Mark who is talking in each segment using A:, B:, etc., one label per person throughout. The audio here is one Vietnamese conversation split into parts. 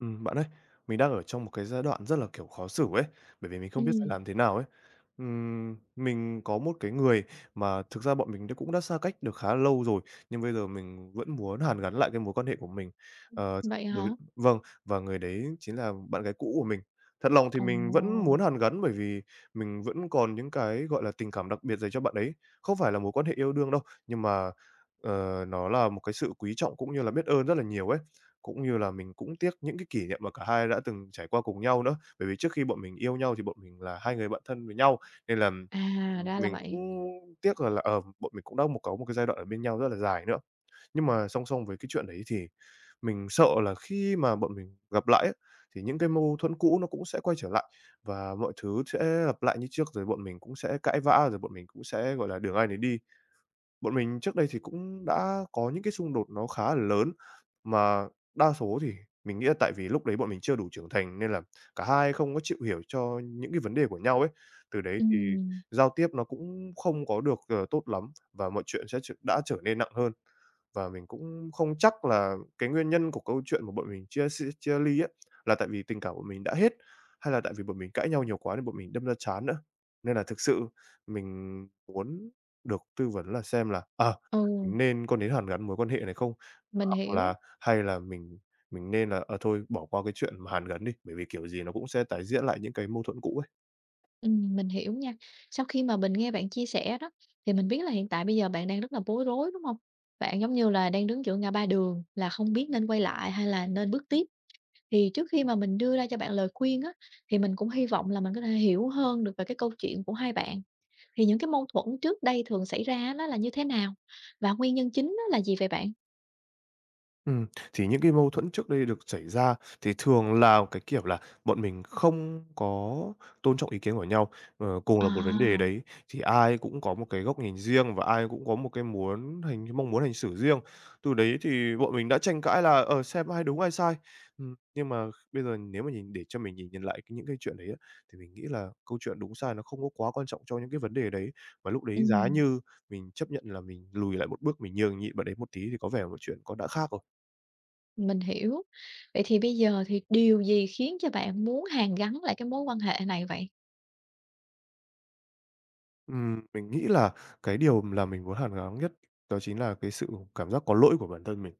A: Bạn ơi, mình đang ở trong một cái giai đoạn rất là, kiểu, khó xử ấy, bởi vì mình không biết phải
B: Ừm,
A: làm thế nào ấy. Mình có một cái người mà thực ra bọn mình cũng đã xa cách được khá lâu rồi, nhưng bây giờ mình vẫn muốn hàn gắn lại cái mối quan hệ của mình. Ờ,
B: vậy hả?
A: đối vâng, và người đấy chính là bạn gái cũ của mình. Thật lòng thì mình vẫn
B: Ồ,
A: muốn hàn gắn bởi vì mình vẫn còn những cái, gọi là, tình cảm đặc biệt dành cho bạn ấy. Không phải là mối quan hệ yêu đương đâu, nhưng mà, nó là một cái sự quý trọng cũng như là biết ơn rất là nhiều ấy. Cũng như là mình cũng tiếc những cái kỷ niệm mà cả hai đã từng trải qua cùng nhau nữa. Bởi vì trước khi bọn mình yêu nhau thì bọn mình là hai người bạn thân với nhau, nên là,
B: à, ra là
A: mình cũng
B: vậy.
A: tiếc là, bọn mình cũng đã có một cái giai đoạn ở bên nhau rất là dài nữa. Nhưng mà song song với cái chuyện đấy thì mình sợ là khi mà bọn mình gặp lại ấy, thì những cái mâu thuẫn cũ nó cũng sẽ quay trở lại và mọi thứ sẽ lặp lại như trước, rồi bọn mình cũng sẽ cãi vã, rồi bọn mình cũng sẽ, gọi là, đường ai nấy đi. Bọn mình trước đây thì cũng đã có những cái xung đột nó khá là lớn, mà đa số thì mình nghĩ là tại vì lúc đấy bọn mình chưa đủ trưởng thành nên là cả hai không có chịu hiểu cho những cái vấn đề của nhau ấy. Từ đấy thì
B: Ừm,
A: giao tiếp nó cũng không có được, tốt lắm và mọi chuyện sẽ tr đã trở nên nặng hơn. Và mình cũng không chắc là cái nguyên nhân của câu chuyện mà bọn mình chia ly ấy, là tại vì tình cảm của mình đã hết, hay là tại vì bọn mình cãi nhau nhiều quá nên bọn mình đâm ra chán nữa. Nên là thực sự mình muốn được tư vấn là xem là,
B: ừ,
A: mình có nên hàn gắn mối quan hệ này không?
B: mình
A: Hoặc
B: hiểu,
A: là hay là mình nên là, thôi bỏ qua cái chuyện mà hàn gắn đi, bởi vì kiểu gì nó cũng sẽ tái diễn lại những cái mâu thuẫn cũ ấy.
B: mình hiểu nha. Sau khi mà mình nghe bạn chia sẻ đó, thì mình biết là hiện tại bây giờ bạn đang rất là bối rối, đúng không? Bạn giống như là đang đứng giữa ngã ba đường là không biết nên quay lại hay là nên bước tiếp. Thì trước khi mà mình đưa ra cho bạn lời khuyên á, thì mình cũng hy vọng là mình có thể hiểu hơn được về cái câu chuyện của hai bạn. Thì những cái mâu thuẫn trước đây thường xảy ra nó là như thế nào? Và nguyên nhân chính nó là gì vậy bạn?
A: Ừm, thì những cái mâu thuẫn trước đây được xảy ra thì thường là cái kiểu là bọn mình không có tôn trọng ý kiến của nhau. Cùng là một vấn đề
B: À,
A: đấy thì ai cũng có một cái góc nhìn riêng và ai cũng có một cái muốn hành mong muốn hành xử riêng. Từ đấy thì bọn mình đã tranh cãi là, xem ai đúng ai sai. Nhưng mà bây giờ nếu mà để cho mình nhìn nhìn lại những cái chuyện đấy á, thì mình nghĩ là câu chuyện đúng sai nó không có quá quan trọng cho những cái vấn đề đấy. Và lúc đấy giá
B: ừm.
A: như mình chấp nhận là mình lùi lại một bước, mình nhường nhịn bạn đấy một tí thì có vẻ một chuyện đã khác rồi.
B: Mình hiểu. Vậy thì bây giờ thì điều gì khiến cho bạn muốn hàn gắn lại cái mối quan hệ này vậy?
A: Mình nghĩ là cái điều là mình muốn hàn gắn nhất đó chính là cái sự cảm giác có lỗi của bản thân mình.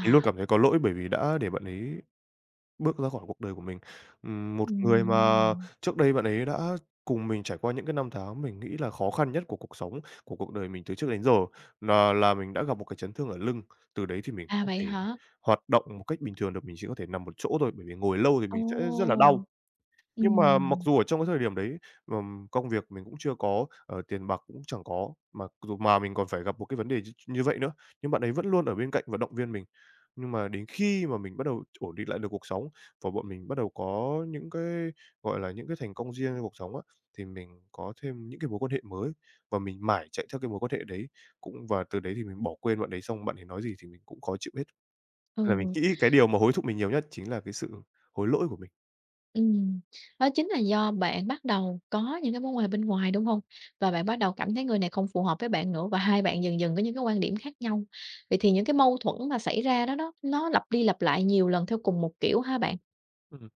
A: Mình luôn cảm thấy có lỗi bởi vì đã để bạn ấy bước ra khỏi cuộc đời của mình. Một người mà
B: Ừm.
A: trước đây bạn ấy đã cùng mình trải qua những cái năm tháng mình nghĩ là khó khăn nhất của cuộc sống, của cuộc đời mình từ trước đến giờ, là mình đã gặp một cái chấn thương ở lưng. Từ đấy thì mình
B: À,
A: không
B: vậy
A: thể
B: hả?
A: hoạt động một cách bình thường được, mình chỉ có thể nằm một chỗ thôi, bởi vì ngồi lâu thì mình sẽ rất là
B: Ồ!
A: đau.
B: Ờ.
A: Nhưng mà mặc dù ở trong cái thời điểm đấy, công việc mình cũng chưa có, tiền bạc cũng chẳng có, mà dù mà mình còn phải gặp một cái vấn đề như vậy nữa, nhưng bạn ấy vẫn luôn ở bên cạnh và động viên mình. Nhưng mà đến khi mà mình bắt đầu ổn định lại được cuộc sống và bọn mình bắt đầu có những cái, gọi là, những cái thành công riêng trong cuộc sống á, thì mình có thêm những cái mối quan hệ mới và mình mải chạy theo cái mối quan hệ đấy. Cũng và từ đấy thì mình bỏ quên bạn đấy, xong bạn ấy nói gì thì mình cũng khó chịu hết. Nên là mình
B: Ừ,
A: nghĩ cái điều mà hối thúc mình nhiều nhất chính là cái sự hối lỗi của mình.
B: ừm. Đó chính là do bạn bắt đầu có những cái mối quan hệ bên ngoài, đúng hông? Và bạn bắt đầu cảm thấy người này không phù hợp với bạn nữa và hai bạn dần dần có những cái quan điểm khác nhau. Vậy thì những cái mâu thuẫn mà xảy ra đó đó, nó lặp đi lặp lại nhiều lần theo cùng một kiểu hả bạn?
A: Ừm.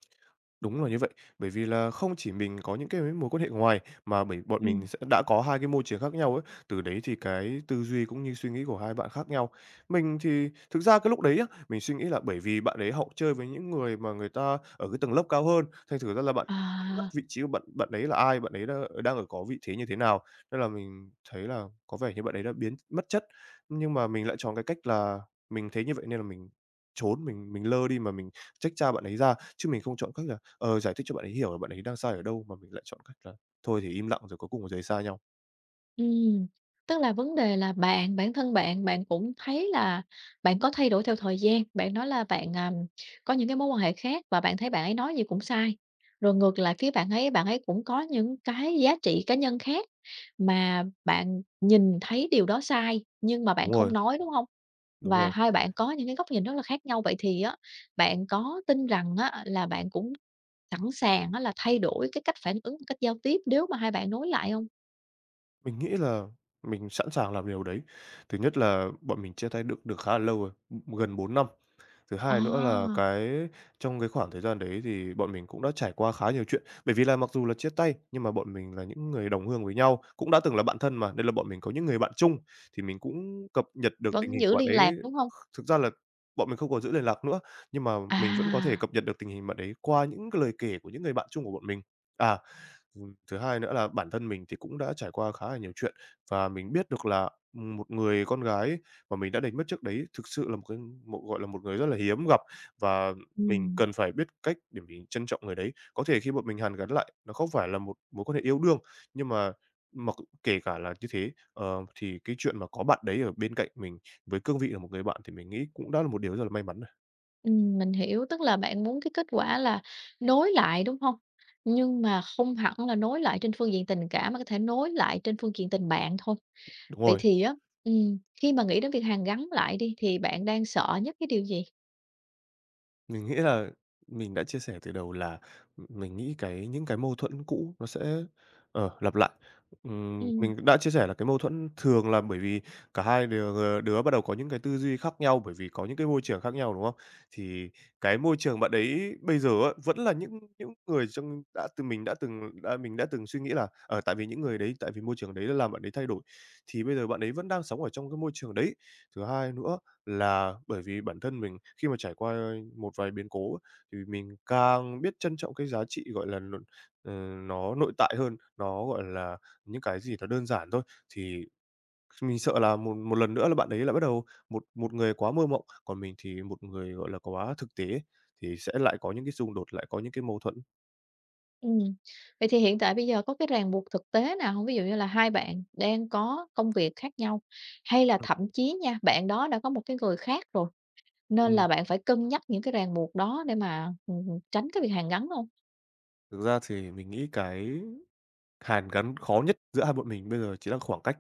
A: Đúng là như vậy, bởi vì là không chỉ mình có những cái mối quan hệ ngoài, mà bởi bọn
B: Ừm.
A: mình đã có hai cái môi trường khác nhau ấy, từ đấy thì cái tư duy cũng như suy nghĩ của hai bạn khác nhau. Mình thì thực ra cái lúc đấy á, mình suy nghĩ là bởi vì bạn ấy hậu chơi với những người mà người ta ở cái tầng lớp cao hơn, thành thử ra là bạn mất
B: À.
A: vị trí của bạn bạn ấy là ai, bạn ấy đang có vị thế như thế nào. Nên là mình thấy là có vẻ như bạn ấy đã biến mất chất, nhưng mà mình lại chọn cái cách là mình thấy như vậy nên là mình trốn, mình lơ đi mà mình trách cha bạn ấy ra, chứ mình không chọn cách là giải thích cho bạn ấy hiểu là bạn ấy đang sai ở đâu mà mình lại chọn cách là thôi thì im lặng rồi cuối cùng là rời xa nhau.
B: Ừm, tức là vấn đề là bản thân bạn, bạn cũng thấy là bạn có thay đổi theo thời gian, bạn nói là bạn, à, có những cái mối quan hệ khác và bạn thấy bạn ấy nói gì cũng sai. Rồi ngược lại phía bạn ấy cũng có những cái giá trị cá nhân khác mà bạn nhìn thấy điều đó sai nhưng mà bạn
A: Đúng
B: không
A: rồi,
B: nói, đúng không?
A: đúng
B: Và
A: rồi.
B: hai bạn có những cái góc nhìn rất là khác nhau. Vậy thì á, bạn có tin rằng á là bạn cũng sẵn sàng á là thay đổi cái cách phản ứng, cách giao tiếp nếu mà hai bạn nối lại không?
A: Mình nghĩ là mình sẵn sàng làm điều đấy. Thứ nhất là bọn mình chia tay được được khá là lâu rồi, gần 4 năm. Thứ hai nữa là
B: À!
A: trong cái khoảng thời gian đấy thì bọn mình cũng đã trải qua khá nhiều chuyện. Bởi vì là mặc dù là chia tay nhưng mà bọn mình là những người đồng hương với nhau, cũng đã từng là bạn thân mà, nên là bọn mình có những người bạn chung, thì mình cũng cập nhật được tình
B: Vẫn
A: hình
B: giữ
A: của bạn
B: liên
A: ấy.
B: lạc, đúng hông?
A: Thực ra là bọn mình không còn giữ liên lạc nữa, nhưng mà mình vẫn có thể
B: À,
A: cập nhật được tình hình bạn ấy qua những cái lời kể của những người bạn chung của bọn mình. À, thứ hai nữa là bản thân mình thì cũng đã trải qua khá là nhiều chuyện và mình biết được là, một người con gái ấy mà mình đã đánh mất trước đấy thực sự là một cái một, gọi là, một người rất là hiếm gặp và mình
B: ừm.
A: cần phải biết cách để mình trân trọng người đấy. Có thể khi bọn mình hàn gắn lại, nó không phải là một mối quan hệ yêu đương, nhưng mà mặc kể cả là như thế, thì cái chuyện mà có bạn đấy ở bên cạnh mình với cương vị là một người bạn thì mình nghĩ cũng đã là một điều rất là may mắn rồi.
B: Ừm, mình hiểu, tức là bạn muốn cái kết quả là nối lại, đúng hông? Nhưng mà không hẳn là nối lại trên phương diện tình cảm mà có thể nối lại trên phương diện tình bạn thôi.
A: Đúng
B: Vậy
A: rồi.
B: thì á, khi mà nghĩ đến việc hàn gắn lại đi thì bạn đang sợ nhất cái điều gì?
A: Mình nghĩ là mình đã chia sẻ từ đầu là, mình nghĩ cái những cái mâu thuẫn cũ nó sẽ, lặp lại.
B: Ừm,
A: Mình đã chia sẻ là cái mâu thuẫn thường là bởi vì cả hai đứa bắt đầu có những cái tư duy khác nhau, bởi vì có những cái môi trường khác nhau, đúng không? Thì cái môi trường bạn ấy bây giờ á, vẫn là những người trong đã từ mình đã từng suy nghĩ là, tại vì những người đấy, tại vì môi trường đấy đã làm bạn ấy thay đổi, thì bây giờ bạn ấy vẫn đang sống ở trong cái môi trường đấy. Thứ hai nữa là bởi vì bản thân mình khi mà trải qua một vài biến cố á, thì mình càng biết trân trọng cái giá trị, gọi là, ờ, nó nội tại hơn, nó, gọi là, những cái gì nó đơn giản thôi. Thì mình sợ là một một lần nữa là bạn ấy lại bắt đầu một một người quá mơ mộng, còn mình thì một người, gọi là, quá thực tế thì sẽ lại có những cái xung đột, lại có những cái mâu thuẫn.
B: ừm, vậy thì hiện tại bây giờ có cái ràng buộc thực tế nào hông? Ví dụ như là hai bạn đang có công việc khác nhau, hay là
A: Ừm.
B: thậm chí nha, bạn đó đã có một cái người khác rồi? Nên
A: Ừm,
B: là bạn phải cân nhắc những cái ràng buộc đó để mà, tránh cái việc hàn gắn luôn.
A: Thực ra thì mình nghĩ cái hàn gắn khó nhất giữa hai bọn mình bây giờ chỉ là khoảng cách.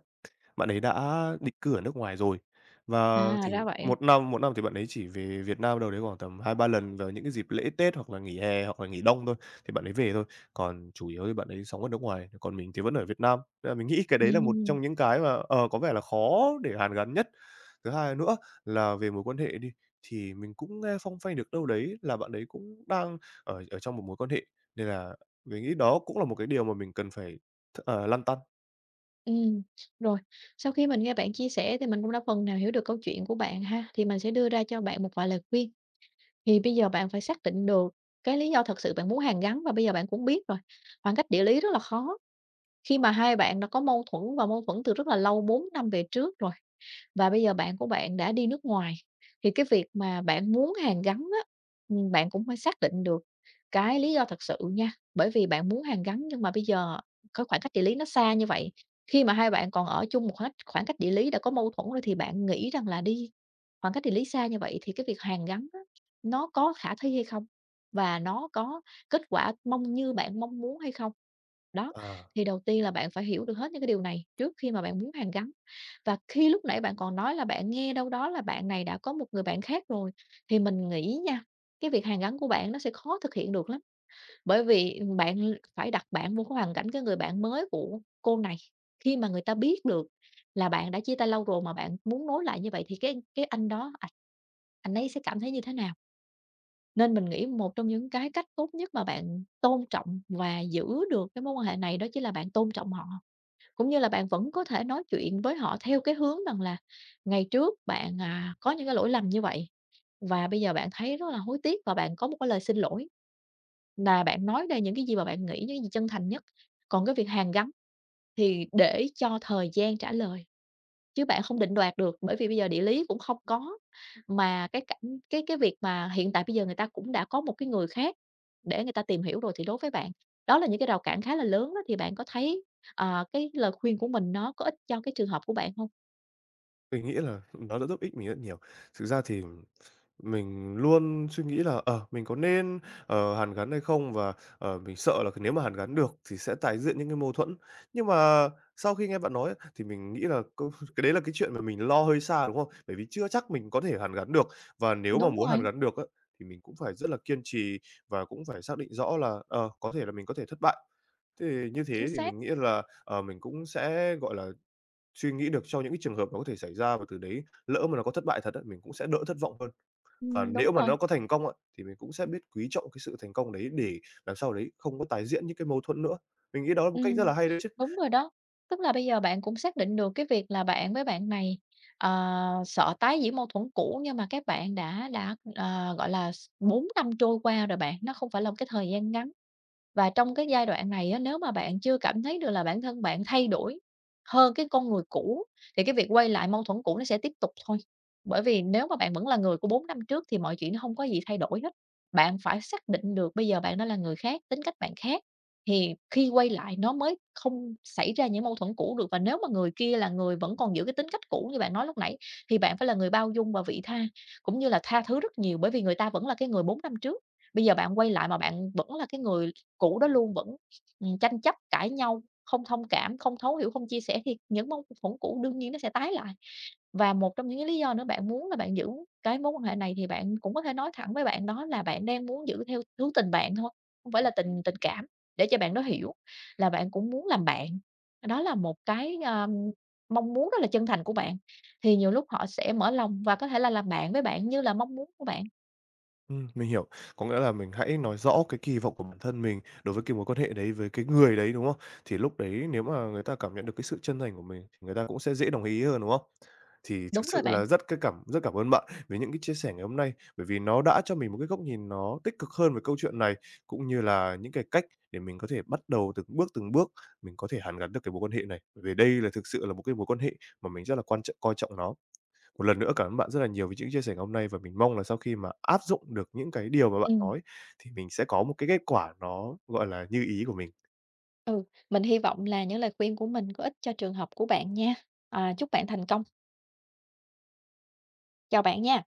A: Bạn ấy đã định cư ở nước ngoài rồi và
B: À, ra vậy.
A: một năm thì bạn ấy chỉ về Việt Nam đâu đấy khoảng tầm hai ba lần vào những cái dịp lễ Tết hoặc là nghỉ hè hoặc là nghỉ đông thôi, thì bạn ấy về thôi, còn chủ yếu thì bạn ấy sống ở nước ngoài, còn mình thì vẫn ở Việt Nam. Nên là mình nghĩ cái đấy là một
B: Ừm,
A: trong những cái mà, có vẻ là khó để hàn gắn nhất. Thứ hai nữa là về mối quan hệ đi, thì mình cũng nghe phong phanh được đâu đấy là bạn ấy cũng đang ở ở trong một mối quan hệ, nên là mình nghĩ đó cũng là một cái điều mà mình cần phải lăn tăn.
B: ừm. Rồi, sau khi mình nghe bạn chia sẻ thì mình cũng đã phần nào hiểu được câu chuyện của bạn ha, thì mình sẽ đưa ra cho bạn một vài lời khuyên. Thì bây giờ bạn phải xác định được cái lý do thật sự bạn muốn hàn gắn và bây giờ bạn cũng biết rồi, khoảng cách địa lý rất là khó, khi mà hai bạn đã có mâu thuẫn và mâu thuẫn từ rất là lâu, 4 năm về trước rồi. Và bây giờ bạn của bạn đã đi nước ngoài, thì cái việc mà bạn muốn hàn gắn á, bạn cũng phải xác định được cái lý do thật sự nha, bởi vì bạn muốn hàn gắn nhưng mà bây giờ cái khoảng cách địa lý nó xa như vậy, khi mà hai bạn còn ở chung một khoảng khoảng cách địa lý đã có mâu thuẫn rồi thì bạn nghĩ rằng là đi khoảng cách địa lý xa như vậy thì cái việc hàn gắn á, nó có khả thi hay không? Và nó có kết quả mong như bạn mong muốn hay không? Đó,
A: Ờ.
B: thì đầu tiên là bạn phải hiểu được hết những cái điều này trước khi mà bạn muốn hàn gắn. Và khi lúc nãy bạn còn nói là bạn nghe đâu đó là bạn này đã có một người bạn khác rồi, thì mình nghĩ nha, cái việc hàn gắn của bạn nó sẽ khó thực hiện được lắm. Bởi vì bạn phải đặt bạn vô cái hoàn cảnh cái người bạn mới của cô này, khi mà người ta biết được là bạn đã chia tay lâu rồi mà bạn muốn nối lại như vậy thì cái anh đó ảnh anh ấy sẽ cảm thấy như thế nào? Nên mình nghĩ một trong những cái cách tốt nhất mà bạn tôn trọng và giữ được cái mối quan hệ này đó chính là bạn tôn trọng họ. Cũng như là bạn vẫn có thể nói chuyện với họ theo cái hướng rằng là ngày trước bạn, à, có những cái lỗi lầm như vậy và bây giờ bạn thấy rất là hối tiếc và bạn có một cái lời xin lỗi. Là bạn nói ra những cái gì mà bạn nghĩ, những cái gì chân thành nhất. Còn cái việc hàn gắn thì để cho thời gian trả lời. Chứ bạn không định đoạt được, bởi vì bây giờ địa lý cũng không có, mà cái cảnh cái việc mà hiện tại bây giờ người ta cũng đã có một cái người khác để người ta tìm hiểu rồi thì đối với bạn, đó là những cái rào cản khá là lớn đó, thì bạn có thấy, ờ, cái lời khuyên của mình nó có ích cho cái trường hợp của bạn không?
A: Mình nghĩ là nó đã giúp ích mình rất nhiều. Thực ra thì mình luôn suy nghĩ là, mình có nên, hàn gắn hay không? Và, mình sợ là nếu mà hàn gắn được thì sẽ tái diễn những cái mâu thuẫn. Nhưng mà sau khi nghe bạn nói á, thì mình nghĩ là cái đấy là cái chuyện mà mình lo hơi xa, đúng không? Bởi vì chưa chắc mình có thể hàn gắn được, và nếu mà
B: Đúng
A: muốn hàn
B: rồi,
A: gắn được á, thì mình cũng phải rất là kiên trì và cũng phải xác định rõ là, có thể là mình có thể thất bại. Thì như
B: chính
A: thế thì
B: xác.
A: mình nghĩ là, mình cũng sẽ, gọi là, suy nghĩ được cho những cái trường hợp nó có thể xảy ra, và từ đấy lỡ mà nó có thất bại thật á, mình cũng sẽ đỡ thất vọng hơn. Và nếu
B: Đúng
A: mà
B: rồi.
A: nó có thành công á, thì mình cũng sẽ biết quý trọng cái sự thành công đấy để làm sao đấy không có tái diễn những cái mâu thuẫn nữa. Mình nghĩ đó là một
B: Ừ,
A: cách rất là hay đấy chứ.
B: đúng rồi đó. Tức là bây giờ bạn cũng xác định được cái việc là bạn với bạn này, ờ, sợ tái diễn mâu thuẫn cũ nhưng mà các bạn đã, ờ, gọi là, 4 năm trôi qua rồi bạn, nó không phải là một cái thời gian ngắn. Và trong cái giai đoạn này á, nếu mà bạn chưa cảm thấy được là bản thân bạn thay đổi hơn cái con người cũ, thì cái việc quay lại mâu thuẫn cũ nó sẽ tiếp tục thôi. Bởi vì nếu mà bạn vẫn là người của 4 năm trước thì mọi chuyện nó không có gì thay đổi hết. Bạn phải xác định được bây giờ bạn đã là người khác, tính cách bạn khác. Thì khi quay lại nó mới không xảy ra những mâu thuẫn cũ được, và nếu mà người kia là người vẫn còn giữ cái tính cách cũ như bạn nói lúc nãy, thì bạn phải là người bao dung và vị tha, cũng như là tha thứ rất nhiều, bởi vì người ta vẫn là cái người 4 năm trước. Bây giờ bạn quay lại mà bạn vẫn là cái người cũ đó luôn, vẫn, tranh chấp, cãi nhau, không thông cảm, không thấu hiểu, không chia sẻ, thì những mâu thuẫn cũ đương nhiên nó sẽ tái lại. Và một trong những cái lý do nữa bạn muốn là bạn giữ cái mối quan hệ này thì bạn cũng có thể nói thẳng với bạn đó là bạn đang muốn giữ theo hướng tình bạn thôi, không phải là tình tình cảm. Để cho bạn đó hiểu là bạn cũng muốn làm bạn, đó là một cái, mong muốn rất là chân thành của bạn, thì nhiều lúc họ sẽ mở lòng và có thể là làm bạn với bạn như là mong muốn của bạn.
A: Mình hiểu. Có nghĩa là mình hãy nói rõ cái kỳ vọng của bản thân mình đối với cái mối quan hệ đấy, với cái người đấy, đúng không? Thì lúc đấy nếu mà người ta cảm nhận được cái sự chân thành của mình thì người ta cũng sẽ dễ đồng ý hơn, đúng không? Thì thực
B: Đúng
A: sự
B: rồi bạn,
A: là rất cảm ơn bạn với những cái chia sẻ ngày hôm nay, bởi vì nó đã cho mình một cái góc nhìn nó tích cực hơn về câu chuyện này, cũng như là những cái cách để mình có thể bắt đầu từng bước mình có thể hàn gắn được cái mối quan hệ này. Bởi vì đây là thực sự là một cái mối quan hệ mà mình rất là quan trọng coi trọng nó. Một lần nữa cảm ơn bạn rất là nhiều vì những chia sẻ ngày hôm nay, và mình mong là sau khi mà áp dụng được những cái điều mà bạn
B: ừm.
A: nói thì mình sẽ có một cái kết quả nó, gọi là, như ý của mình.
B: Ừ, mình hy vọng là những lời khuyên của mình có ích cho trường hợp của bạn nha. À, chúc bạn thành công. Chào bạn nha.